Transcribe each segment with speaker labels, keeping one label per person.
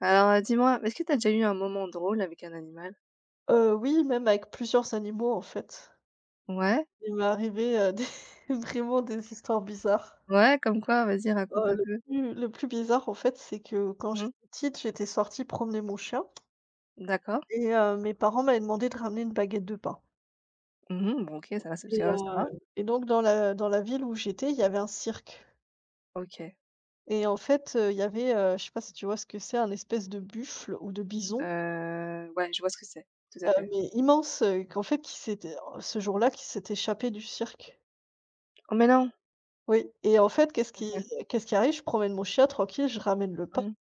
Speaker 1: Alors, dis-moi, est-ce que t'as déjà eu un moment drôle avec un animal?
Speaker 2: Oui, même avec plusieurs animaux, en fait.
Speaker 1: Ouais,
Speaker 2: Il m'est arrivé, des vraiment des histoires bizarres.
Speaker 1: ouais, comme quoi? Vas-y, raconte
Speaker 2: Heu,
Speaker 1: un
Speaker 2: le
Speaker 1: peu.
Speaker 2: plus le plus bizarre, en fait, c'est que quand j'étais
Speaker 1: Mmh.
Speaker 2: petite, j'étais sortie promener mon chien
Speaker 1: D'accord.
Speaker 2: et mes parents m'avaient demandé de ramener une baguette de pain
Speaker 1: Mmh Bon, OK, ça va, c'est
Speaker 2: et
Speaker 1: ça va, ça va.
Speaker 2: heu et donc dans la ville où j'étais, il y avait un cirque
Speaker 1: OK,
Speaker 2: et en fait, il y avait, je sais pas si tu vois ce que c'est, un espèce de buffle ou de bison,
Speaker 1: ouais, je vois ce que c'est. Tout à fait.
Speaker 2: mais immense, qu'en fait, qui s'était ce jour-là, qui s'est échappé du cirque.
Speaker 1: Oh, mais non!
Speaker 2: Oui, et en fait, qu'est-ce qui
Speaker 1: OK.
Speaker 2: qu'est-ce qui arrive? Je promène mon chien tranquille, je ramène le pain
Speaker 1: Mmh.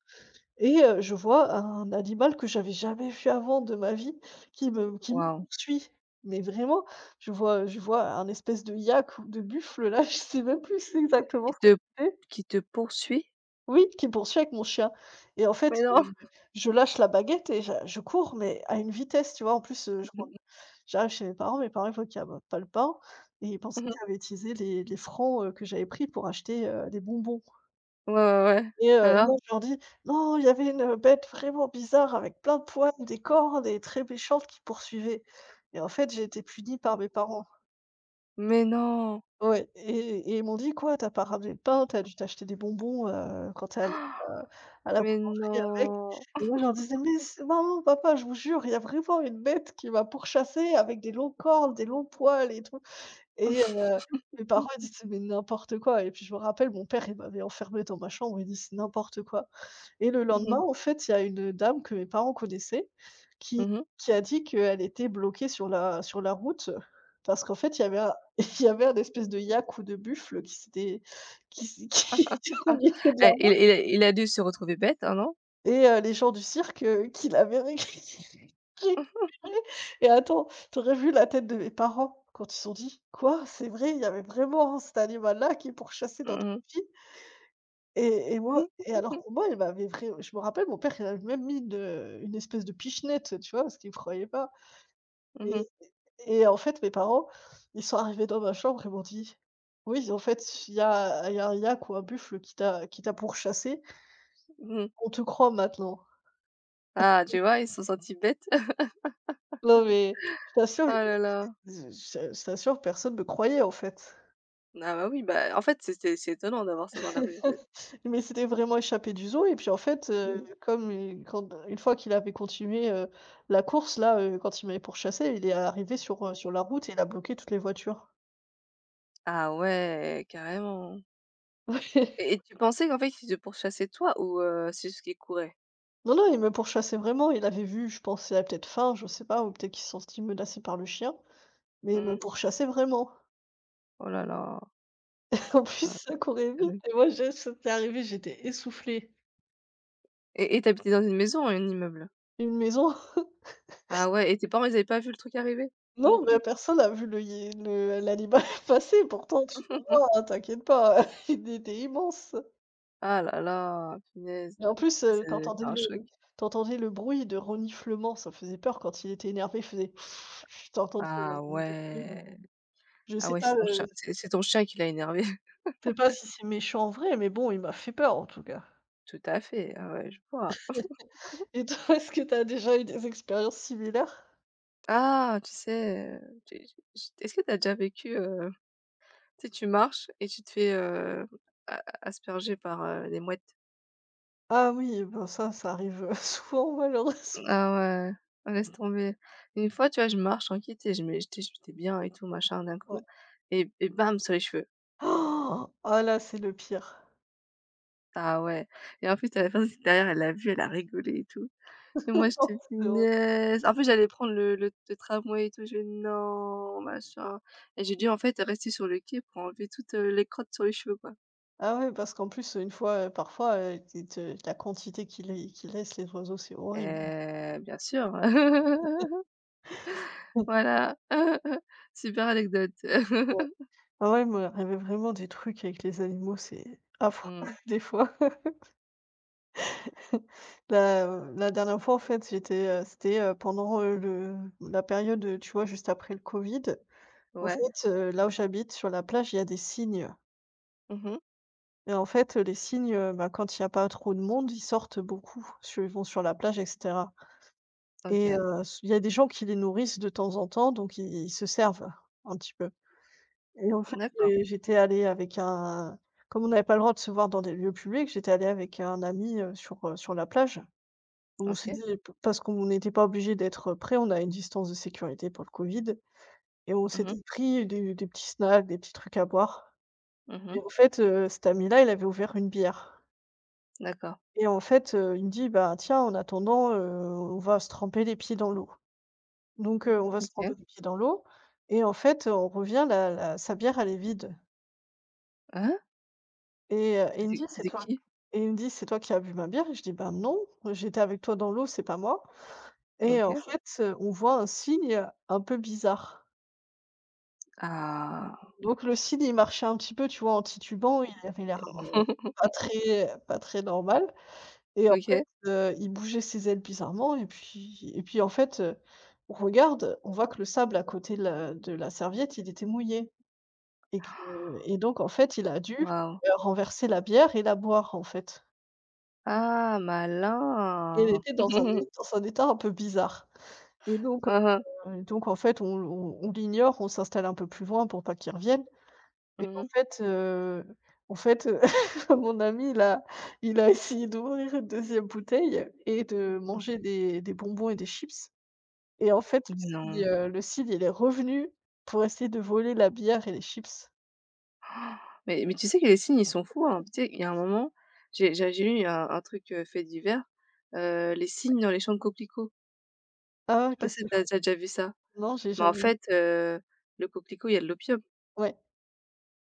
Speaker 2: et je vois un animal que j'avais jamais vu avant de ma vie qui me
Speaker 1: Waouh!
Speaker 2: poursuit. Mais vraiment, je vois un espèce de yak ou de buffle là, je sais même plus c'est exactement
Speaker 1: Qui
Speaker 2: ce que
Speaker 1: te
Speaker 2: c'est.
Speaker 1: qui te poursuit?
Speaker 2: Oui, qui me poursuit avec mon chien et en fait,
Speaker 1: Mais non!
Speaker 2: je lâche la baguette et je cours mais à une vitesse, tu vois? En plus, je rentre j'arrive chez mes parents ils voient qu'il y a bah, pas le pain et ils pensaient que
Speaker 1: Mmh
Speaker 2: j'avais utilisé les francs, que j'avais pris pour acheter, des bonbons.
Speaker 1: Ouais, ouais, ouais. Alors?
Speaker 2: Moi, je leur dis: «Non, il y avait une, bête vraiment bizarre avec plein de poils, des cornes et très méchante qui poursuivait» et en fait, j'ai été punie par mes parents.
Speaker 1: Mais non!
Speaker 2: Ouais, et ils m'ont dit: «Quoi, tu as pas ramené le pain, tu as dû t'acheter des bonbons, quand tu es allée,
Speaker 1: Ah,
Speaker 2: heu, à la
Speaker 1: mais
Speaker 2: boulangerie avec»
Speaker 1: non!
Speaker 2: et moi, je leur disais: «Mais c'est maman, papa, je vous jure, il y a vraiment une bête qui m'a pourchassée avec des longues cornes, des longs poils et tout» et mes parents, ils disaient: «Mais n'importe quoi» et puis je me rappelle, mon père, il m'avait enfermée dans ma chambre, il dit: «C'est n'importe quoi». Et le
Speaker 1: Mmh mh.
Speaker 2: lendemain, en fait, il y a une dame que mes parents connaissaient qui
Speaker 1: Mmh
Speaker 2: qui a dit qu'elle était bloquée sur la route parce qu'en fait, il y avait un il y avait un espèce de yak ou de buffle qui s'était qui s'é qui était au
Speaker 1: Ah,
Speaker 2: milieu de la
Speaker 1: eh, il
Speaker 2: route
Speaker 1: il a il a dû se retrouver bête, hein, non?
Speaker 2: et les gens du cirque, qui l'avaient récupéré. Et attends, tu aurais vu la tête de mes parents quand ils se sont dit: «Quoi? C'est vrai, il y avait vraiment cet animal-là qui pourchassait
Speaker 1: Mmh
Speaker 2: notre
Speaker 1: mh.
Speaker 2: fille?» Et moi
Speaker 1: Mmh
Speaker 2: et Alors
Speaker 1: mh.
Speaker 2: que moi, elle m'avait vrai je me rappelle, mon père, il avait même mis une espèce de pichenette, tu vois? Parce qu'il me croyait pas
Speaker 1: Mmh
Speaker 2: et
Speaker 1: mh.
Speaker 2: et en fait, mes parents, ils sont arrivés dans ma chambre et m'ont dit: «Oui, en fait, il y a un yak ou un buffle qui t'a pourchassé.
Speaker 1: Mmh
Speaker 2: On te croit maintenant».
Speaker 1: Ah, tu vois, ils se sont sentis bêtes.
Speaker 2: Non mais je t'assure,
Speaker 1: Oh là là.
Speaker 2: je t'assure, personne ne me croyait, en fait.
Speaker 1: Ah bah oui, bah, en fait, c'est étonnant d'avoir ça dans la rue, en fait.
Speaker 2: Mais c'était vraiment échappé du zoo et puis en fait,
Speaker 1: Mmh.
Speaker 2: comme il quand une fois qu'il avait continué, la course là, quand il m'avait pourchassé, il est arrivé sur, sur la route et il a bloqué toutes les voitures.
Speaker 1: Ah ouais, carrément. Et tu pensais qu'en fait, ils te pourchassaient toi ou c'est juste qu'ils couraient?
Speaker 2: Non, non, il me pourchassait vraiment, il avait vu, je pense, il avait peut-être faim, je sais pas, ou peut-être qu'il se sentit menacé par le chien, mais il me
Speaker 1: Mmh.
Speaker 2: pourchassait vraiment.
Speaker 1: Oh là là,
Speaker 2: En plus,
Speaker 1: ah
Speaker 2: ça courait vite
Speaker 1: terrible.
Speaker 2: et moi je c'était arrivé, j'étais essoufflée.
Speaker 1: Et tu dans une maison ou un immeuble?
Speaker 2: Une maison?
Speaker 1: Ah ouais et tes parents, ils avaient pas vu le truc arriver? Non
Speaker 2: Non, mais
Speaker 1: plus?
Speaker 2: personne n'a vu le hie le l'animal passer, pourtant tu le vois, hein, t'inquiète pas, il était immense.
Speaker 1: Ah là là, punaise.
Speaker 2: Mais en plus,
Speaker 1: Ah ça devait
Speaker 2: t'entendais
Speaker 1: faire un
Speaker 2: le
Speaker 1: choc.
Speaker 2: tu le bruit de reniflement, ça faisait peur quand il était énervé, il faisait tu entendais
Speaker 1: Ah
Speaker 2: le bruit.
Speaker 1: ouais.
Speaker 2: Je
Speaker 1: Ah
Speaker 2: sais
Speaker 1: ouais, c'est
Speaker 2: pas,
Speaker 1: ton
Speaker 2: heu,
Speaker 1: chien c'est c'est ton chien qui l'a énervé.
Speaker 2: je sais pas si c'est méchant en vrai, mais bon, il m'a fait peur en tout cas.
Speaker 1: Tout à fait, ah ouais, je vois.
Speaker 2: Et toi, est-ce que t'as déjà eu des expériences similaires?
Speaker 1: Ah, tu sais, j'ai est-ce que tu as déjà vécu, tu sais, tu marches et tu te fais, a asperger par, des mouettes?
Speaker 2: Ah oui, ben ça arrive, souvent malheureusement,
Speaker 1: Ah ouais, ah laisse tomber. Une fois, tu vois, je marche tranquille, tu sais, je mets j'étais j'étais bien et tout machin d'un
Speaker 2: ouais.
Speaker 1: coup et bam! Sur les cheveux.
Speaker 2: Oh, ah là, c'est le pire.
Speaker 1: Ah ouais et en plus, à la personne qui est derrière, elle l'a vu, elle a rigolé et tout et moi, j'étais:
Speaker 2: C'est horrible.
Speaker 1: «Punaise!» En plus, j'allais prendre le tramway et tout, je fais: «Non!» Machin et j'ai dû, en fait, rester sur le quai pour enlever toutes, les crottes sur les cheveux, quoi.
Speaker 2: Ah ouais, parce qu'en plus, une fois, parfois, ils te la quantité qu'ils laissent les oiseaux, c'est horrible.
Speaker 1: Eh bien sûr. Voilà. Super anecdote.
Speaker 2: Ouais. Ah ouais, il m'est arrivé vraiment des trucs avec les animaux, c'est affreux
Speaker 1: Mmh.
Speaker 2: des fois. La, la dernière fois, en fait, c'était, pendant, le la période, tu vois, juste après le covid. En
Speaker 1: Ouais.
Speaker 2: fait, là où j'habite, sur la plage, il y a des cygnes
Speaker 1: Mmh
Speaker 2: et en fait, les cygnes, bah, quand il y a pas trop de monde, ils sortent beaucoup, su ils vont sur la plage et cetera et
Speaker 1: OK.
Speaker 2: s il y a des gens qui les nourrissent de temps en temps, donc ils se servent un petit peu. Et en fait,
Speaker 1: D'accord.
Speaker 2: j'étais allée avec un comme on n'avait pas le droit de se voir dans des lieux publics, j'étais allée avec un ami, sur, sur la plage. On s'est
Speaker 1: OK.
Speaker 2: dit p Parce qu'on n'était pas obligé d'être près, on a une distance de sécurité pour le Covid et on
Speaker 1: Mmh mh.
Speaker 2: s'était pris des petits snacks, des petits trucs à boire et
Speaker 1: Mmh
Speaker 2: en fait, cet ami-là, il avait ouvert une bière
Speaker 1: D'accord.
Speaker 2: et en fait, il me dit: «Bah, tiens, en attendant, on va se tremper les pieds dans l'eau». Donc, on va se tremper
Speaker 1: OK.
Speaker 2: les pieds dans l'eau et en fait, on revient, la la sa bière, elle est vide.
Speaker 1: Hein?
Speaker 2: Et il me
Speaker 1: C'était
Speaker 2: dit: «C'est
Speaker 1: c'était
Speaker 2: toi»
Speaker 1: qui?
Speaker 2: et il me dit: «C'est toi qui as bu ma bière?» et je dis: «Ben non, j'étais avec toi dans l'eau, c'est pas moi» et en
Speaker 1: OK.
Speaker 2: fait, on voit un signe, un peu bizarre.
Speaker 1: Ah!
Speaker 2: Donc le signe, il marchait un petit peu, tu vois, en titubant, il avait l'air pas très pas très normal et en fait,
Speaker 1: OK.
Speaker 2: il bougeait ses ailes bizarrement et puis en fait, on regarde, on voit que le sable à côté de la serviette, il était mouillé et que et donc en fait, il a dû,
Speaker 1: Waouh.
Speaker 2: renverser la bière et la boire, en fait.
Speaker 1: Ah
Speaker 2: Et elle
Speaker 1: malin!
Speaker 2: était dans un état un peu bizarre
Speaker 1: Aha.
Speaker 2: donc en fait, on l'ignore, on s'installe un peu plus loin pour pas qu'il revienne et
Speaker 1: Mmh
Speaker 2: en
Speaker 1: mh.
Speaker 2: fait, heu, en fait, mon ami, il a essayé d'ouvrir une deuxième bouteille et de manger des bonbons et des chips et en fait,
Speaker 1: Mais non.
Speaker 2: le cidre, il est revenu pour essayer de voler la bière et les chips.
Speaker 1: Mais tu sais que les signes, ils sont fous, hein. Tu sais, il y a un moment, j'ai lu un truc, fait divers, les signes dans les champs de coquelicots.
Speaker 2: Ah,
Speaker 1: Je sais pas
Speaker 2: qu'est-ce
Speaker 1: si
Speaker 2: qu'il faut
Speaker 1: t'as as déjà vu ça?
Speaker 2: non, j'ai
Speaker 1: Mais en
Speaker 2: jamais eu.
Speaker 1: fait, le coquelicot, il y a de l'opium,
Speaker 2: Ouais.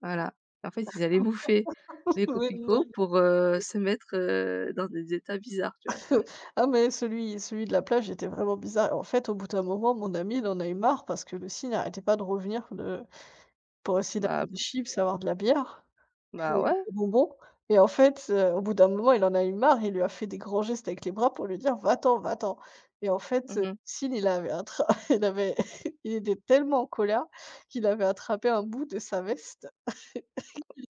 Speaker 1: voilà. En fait, ils allaient bouffer les
Speaker 2: Mais non!
Speaker 1: coquelicots pour, se mettre, dans des états bizarres, tu vois?
Speaker 2: Ah mais celui de la plage était vraiment bizarre. En fait, au bout d'un moment, mon ami, il en a eu marre parce que le signe n'arrêtait pas de revenir le pour essayer d'avoir
Speaker 1: Bah,
Speaker 2: des
Speaker 1: pour
Speaker 2: chips, avoir de la bière et
Speaker 1: bah,
Speaker 2: et
Speaker 1: ouais.
Speaker 2: des bonbons et en fait, au bout d'un moment, il en a eu marre, il lui a fait des grands gestes avec les bras pour lui dire: «Va-t'en, va-t'en» et en fait,
Speaker 1: Mmh
Speaker 2: signe il avait attra il avait il était tellement en colère qu'il avait attrapé un bout de sa veste,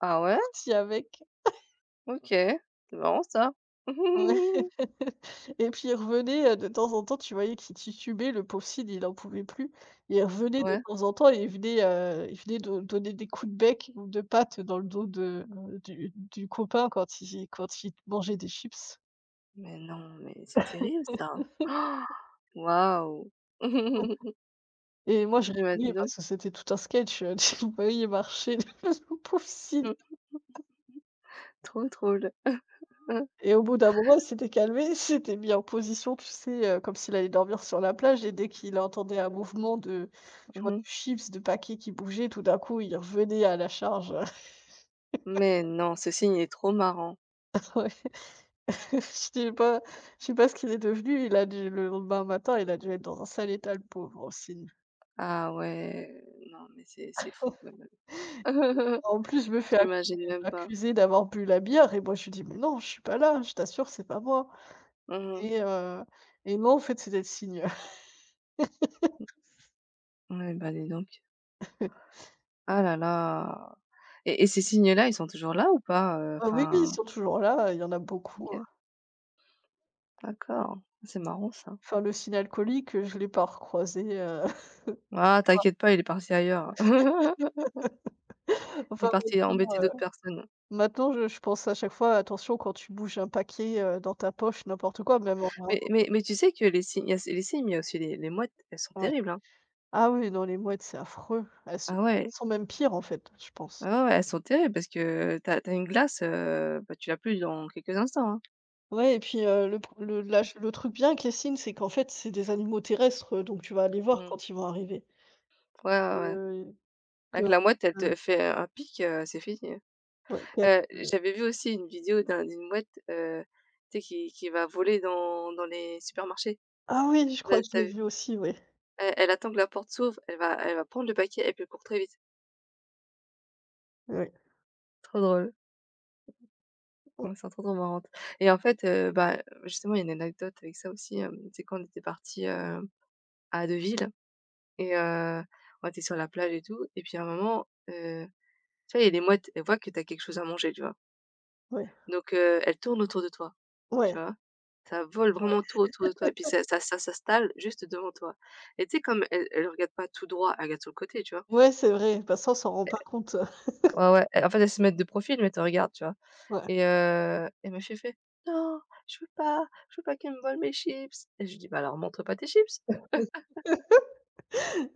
Speaker 1: Ah ouais?
Speaker 2: parti avec.
Speaker 1: OK. C'est marrant ça.
Speaker 2: Ouais. Et puis il revenait, de temps en temps, tu voyais qu'il titubait, le pauvre Sid, il en pouvait plus. Il revenait de
Speaker 1: Ouais.
Speaker 2: temps en temps et il venait do donner des coups de bec ou de patte dans le dos de, du copain quand il mangeait des chips.
Speaker 1: Mais non, mais c'est terrible ça. Ah, waouh!
Speaker 2: Et moi je
Speaker 1: Eh bah,
Speaker 2: rigolais
Speaker 1: dis donc.
Speaker 2: parce que c'était tout un sketch, tu le voyais marcher, le pauvre Sid.
Speaker 1: Mmh. Trop drôle. Hein.
Speaker 2: Et au bout d'un moment, il s'était calmé, il s'était mis en position, tu sais, comme s'il allait dormir sur la plage et dès qu'il entendait un mouvement de, tu vois, de
Speaker 1: Mmh
Speaker 2: chips, de paquets qui bougeaient, tout d'un coup, il revenait à la charge.
Speaker 1: Mais non, ce signe est trop marrant.
Speaker 2: Je sais pas je sais pas ce qu'il est devenu, il a dû le lendemain matin, il a dû être dans un sale état, le pauvre aussi.
Speaker 1: Ah ouais, non mais c'est fou quand même.
Speaker 2: En plus, je me fais
Speaker 1: J'imagine même pas.
Speaker 2: accuser d'avoir bu la bière et moi, je lui dis: «Mais non, je suis pas là, je t'assure, c'est pas moi»
Speaker 1: Mmh
Speaker 2: et heu et non, en fait, c'était le signe.
Speaker 1: Ouais, bah, dis donc. Ah là là! Et ces signes-là, ils sont toujours là ou pas?
Speaker 2: Ah oui, oui, ils
Speaker 1: Enfin
Speaker 2: sont toujours là, il y en a beaucoup,
Speaker 1: OK, d'accord. C'est marrant ça.
Speaker 2: enfin, le signes-alcooliques, je l'ai pas recroisé,
Speaker 1: Ah t'inquiète pas, il est parti ailleurs. Il
Speaker 2: enfin,
Speaker 1: est parti
Speaker 2: maintenant,
Speaker 1: embêter d'autres personnes.
Speaker 2: maintenant je pense à chaque fois: «Attention quand tu bouges un paquet, dans ta poche», n'importe quoi, même en
Speaker 1: Mais tu sais que les signes il y a les cygnes, mais il y a aussi les mouettes, elles sont
Speaker 2: ouais.
Speaker 1: terribles, hein.
Speaker 2: Ah oui, non, les mouettes, c'est affreux. Elles sont
Speaker 1: Ah
Speaker 2: elles
Speaker 1: ouais,
Speaker 2: sont même pires, en fait, je pense.
Speaker 1: ah ouais, ouais, elles sont terribles parce que t'as une glace, bah, tu l'as plus dans quelques instants, hein.
Speaker 2: Ouais et puis, le pro le la ch le truc bien avec les cygnes, c'est qu'en fait, c'est des animaux terrestres, donc tu vas les voir
Speaker 1: Mmh.
Speaker 2: quand ils vont arriver.
Speaker 1: Ouais, ouais, ouais.
Speaker 2: Heu, que
Speaker 1: Avec
Speaker 2: en
Speaker 1: la mouette, elle
Speaker 2: fait, heu,
Speaker 1: te fait un pic, c'est fini.
Speaker 2: ouais, heu
Speaker 1: J'avais vu aussi une vidéo d'une mouette, tu sais qui va voler dans les supermarchés.
Speaker 2: ah oui,
Speaker 1: Je
Speaker 2: je
Speaker 1: sais pas
Speaker 2: crois
Speaker 1: si
Speaker 2: que je
Speaker 1: tu
Speaker 2: l'ai
Speaker 1: vu?
Speaker 2: vu aussi, ouais.
Speaker 1: Elle attend que la porte s'ouvre, elle va prendre le paquet et puis elle court très vite.
Speaker 2: Ouais.
Speaker 1: Trop drôle.
Speaker 2: Ouais,
Speaker 1: Elles sont trop, trop marrantes et en fait, bah, justement, il y a une anecdote avec ça aussi, hem, c'est quand on était parti à Deauville et on était sur la plage et tout et puis à un moment, tu vois, il y a des mouettes, elles voient que tu as quelque chose à manger, tu vois?
Speaker 2: ouais.
Speaker 1: Donc elles tournent autour de toi. Tu
Speaker 2: Ouais.
Speaker 1: vois? Ça vole vraiment tout autour de toi et puis ça s'installe juste devant toi et tu sais comme elle regarde pas tout droit, elle regarde sur le côté, tu vois?
Speaker 2: Ouais, c'est vrai, bah, ça, on s'en rend pas compte,
Speaker 1: Ouais, ouais, en fait, elle se met de profil, mais te regarde tu vois?
Speaker 2: ouais.
Speaker 1: Et ma fait: «Non, je veux pas qu'elle me vole mes chips» et je lui dis: «Bah, alors montre pas tes chips».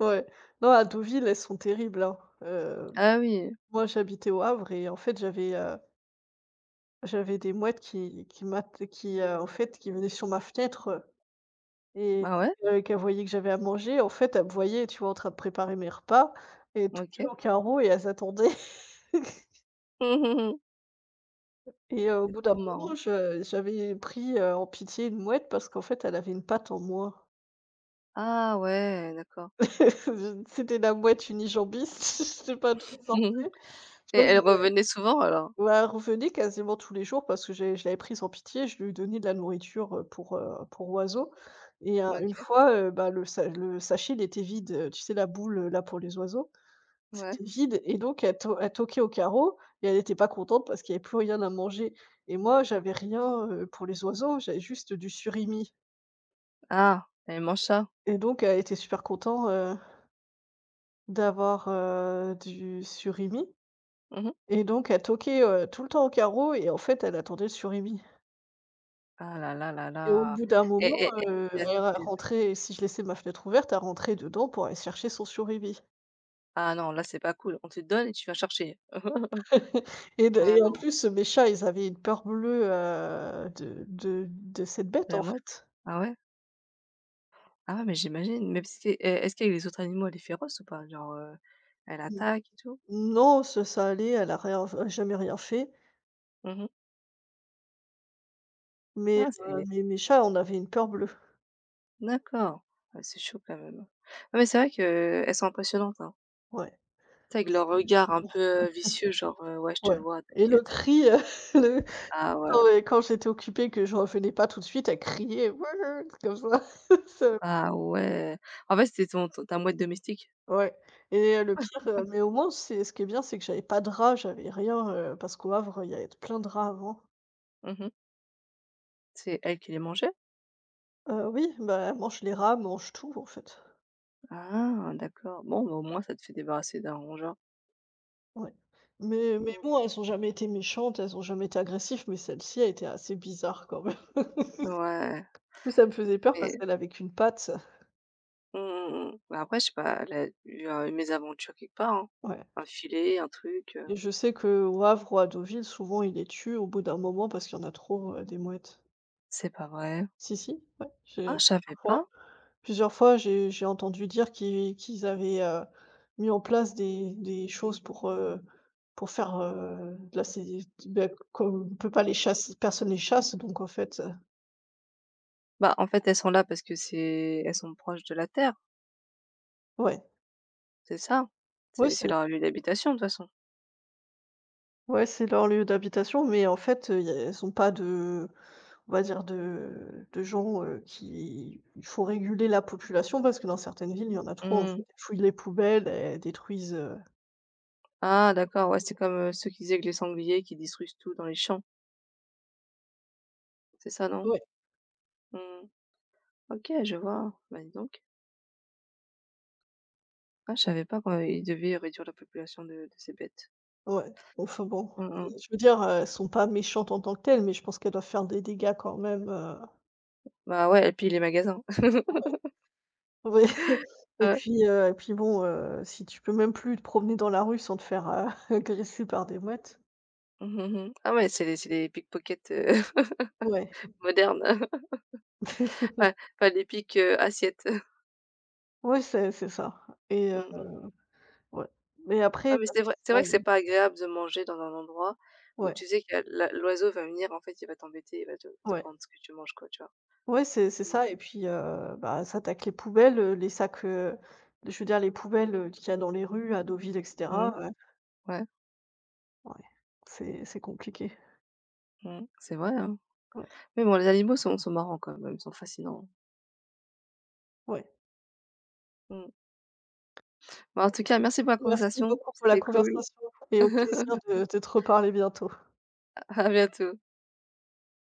Speaker 2: Ouais. Non, à Deauville, elles sont terribles, hein.
Speaker 1: «Ah oui,
Speaker 2: Moi, j'habitais au Havre et en fait, j'avais, j'avais des mouettes qui m'att qui, en fait, qui venaient sur ma fenêtre et
Speaker 1: ah ouais?
Speaker 2: dès que qu'elles voyaient que j'avais à manger, en fait, elles me voyaient, tu vois, en train de préparer mes repas et tout toutes
Speaker 1: OK.
Speaker 2: au carreau et elles attendaient. Et au
Speaker 1: C'est
Speaker 2: bout d'un
Speaker 1: trop marrant.
Speaker 2: moment, je j'avais pris, en pitié une mouette parce qu'en fait, elle avait une patte en moins.
Speaker 1: Ah ouais, d'accord.
Speaker 2: C'était la mouette unijambiste, je sais pas d'où elle sortait.
Speaker 1: Et elle revenait souvent alors?
Speaker 2: Bah, elle revenait quasiment tous les jours parce que j'ai je l'avais prise en pitié, je lui donnais de la nourriture, pour oiseaux et une
Speaker 1: OK,
Speaker 2: fois, bah, le sachet, il était vide, tu sais la boule, là pour les oiseaux,
Speaker 1: ouais.
Speaker 2: c'était vide et donc elle toquait au carreau et elle n'était pas contente parce qu'il n'y avait plus rien à manger et moi j'avais rien, pour les oiseaux, j'avais juste du surimi
Speaker 1: Ah, elle mange ça?
Speaker 2: et donc elle était super contente, d'avoir, du surimi
Speaker 1: Mmh
Speaker 2: et donc elle toquait, tout le temps au carreau et en fait elle attendait le surimi.
Speaker 1: Ah là là là
Speaker 2: Et au
Speaker 1: là
Speaker 2: bout d'un moment,
Speaker 1: et et et
Speaker 2: elle ra rentrait, si je laissais ma fenêtre ouverte, elle rentrait dedans pour aller chercher son surimi.
Speaker 1: Ah non, là, c'est pas cool. On te donne et tu vas chercher. Ah
Speaker 2: Et en
Speaker 1: non,
Speaker 2: plus, mes chats, ils avaient une peur bleue, de cette bête, en
Speaker 1: la mouette?
Speaker 2: fait.
Speaker 1: Ah ouais? Ah ouais, mais j'imagine. Mais parce que, est-ce qu'avec les autres animaux, elle est féroce ou pas? Genre, elle
Speaker 2: N
Speaker 1: attaque et tout?
Speaker 2: Non, ça ça allait, elle a rien f jamais rien fait,
Speaker 1: Mmh Ah c'est
Speaker 2: mais mes chats on avait une peur bleue.
Speaker 1: d'accord. Ah c'est chaud quand même. Ah mais c'est vrai qu'elles sont impressionnantes, hein.
Speaker 2: Ouais.
Speaker 1: Tu sais avec
Speaker 2: C'est
Speaker 1: leur regard un
Speaker 2: c'est
Speaker 1: peu, vicieux, genre, «Ouais, je te
Speaker 2: ouais
Speaker 1: vois,
Speaker 2: et le
Speaker 1: t'inquiète».
Speaker 2: cri, le
Speaker 1: Ah
Speaker 2: quand,
Speaker 1: ouais.
Speaker 2: quand j'étais occupée, que je revenais pas tout de suite, elle criait: «Wouah!» comme ça. Ça.
Speaker 1: Ah ouais. En fait, c'était ton ton ta mouette domestique?
Speaker 2: Ouais et le pire, mais au moins c'est ce qui est bien, c'est que j'avais pas de rats, j'avais rien, parce qu'au Havre, il y avait plein de rats avant.
Speaker 1: Mmh C'est elle qui les mangeait?
Speaker 2: Oui, bah, elles mangent les rats, elles mangent tout en fait.
Speaker 1: Ah d'accord. Bon, bah, au moins ça te fait débarrasser d'un rongeur.
Speaker 2: Ouais. Mais
Speaker 1: Mmh.
Speaker 2: bon, elles ont jamais été méchantes, elles ont jamais été agressives, mais celle-ci a été assez bizarre quand même.
Speaker 1: Ouais.
Speaker 2: Plus, ça me faisait peur parce
Speaker 1: Mais
Speaker 2: qu'elle avait qu'une patte.
Speaker 1: mmh mh, mmh. Bah, après, je sais pas, elle a eu, une mésaventure quelque part, hein.
Speaker 2: Ouais
Speaker 1: Un filet, un truc,
Speaker 2: et
Speaker 1: heu
Speaker 2: je sais que au Havre ou à Deauville, souvent, ils les tuent au bout d'un moment parce qu'il y en a trop, des mouettes.
Speaker 1: C'est pas vrai?
Speaker 2: Si, si, ouais,
Speaker 1: Ah,
Speaker 2: j'ai
Speaker 1: je
Speaker 2: plusieurs
Speaker 1: savais
Speaker 2: fois
Speaker 1: pas.
Speaker 2: plusieurs fois, j'ai entendu dire qu'ils avaient, mis en place des choses pour faire, de la sé bah, comme on peut pas les chasser, personne les chasse, donc en fait,
Speaker 1: Bah, en fait, elles sont là parce que c'est elles sont proches de la Terre,
Speaker 2: ouais.
Speaker 1: c'est ça?
Speaker 2: Ouais,
Speaker 1: C'est
Speaker 2: c'est
Speaker 1: leur lieu d'habitation, de toute façon.
Speaker 2: ouais, c'est leur lieu d'habitation mais en fait, il y a elles ont pas de, on va dire, de gens, qui il faut réguler la population parce que dans certaines villes, il y en a trop en fait.
Speaker 1: Mmh.
Speaker 2: Elles fouillent les poubelles, elles détruisent,
Speaker 1: Ah d'accord, ouais, c'est comme, ceux qui disaient que les sangliers qui détruisent tout dans les champs, c'est ça, non?
Speaker 2: ouais.
Speaker 1: Mmh. OK, je vois. Bah, dis donc. Ah, je savais pas qu'ils devaient réduire la population de ces bêtes.
Speaker 2: Ouais, enfin bon,
Speaker 1: Mmh mh.
Speaker 2: je veux dire, elles sont pas méchantes en tant que telles, mais je pense qu'elles doivent faire des dégâts quand même,
Speaker 1: Bah, ouais et puis les magasins.
Speaker 2: ouais. Et
Speaker 1: Ouais.
Speaker 2: puis, et puis bon, si tu peux même plus te promener dans la rue sans te faire, agresser par des mouettes.
Speaker 1: Mmh mh, mmh. Ah ouais, c'est les pickpockets,
Speaker 2: Ouais.
Speaker 1: moderne, pas pas l'épique, assiette.
Speaker 2: Ouais, c'est ça et
Speaker 1: Mmh mh.
Speaker 2: ouais, mais
Speaker 1: Ah
Speaker 2: après
Speaker 1: mais
Speaker 2: bah,
Speaker 1: c'est
Speaker 2: ça
Speaker 1: vrai que c'est pas agréable de manger dans un endroit où
Speaker 2: ouais,
Speaker 1: tu sais que la l'oiseau va venir, en fait, il va t'embêter, il va te
Speaker 2: ouais.
Speaker 1: prendre ce que tu manges, quoi, tu vois?
Speaker 2: Ouais, c'est
Speaker 1: Mmh.
Speaker 2: ça et puis, bah, ça attaque les poubelles, les sacs, je veux dire les poubelles, qu'il y a dans les rues à Deauville et
Speaker 1: Mmh.
Speaker 2: cetera,
Speaker 1: Ouais.
Speaker 2: ouais, c'est compliqué.
Speaker 1: Mmh. C'est vrai, hein.
Speaker 2: Ouais,
Speaker 1: Mais bon, les animaux sont marrants quand même, ils sont fascinants, hein.
Speaker 2: ouais.
Speaker 1: Mmh. Bah, en tout cas, merci pour la
Speaker 2: Merci
Speaker 1: conversation,
Speaker 2: beaucoup pour la
Speaker 1: c'était cool.
Speaker 2: conversation et au plaisir de te reparler bientôt.
Speaker 1: À bientôt.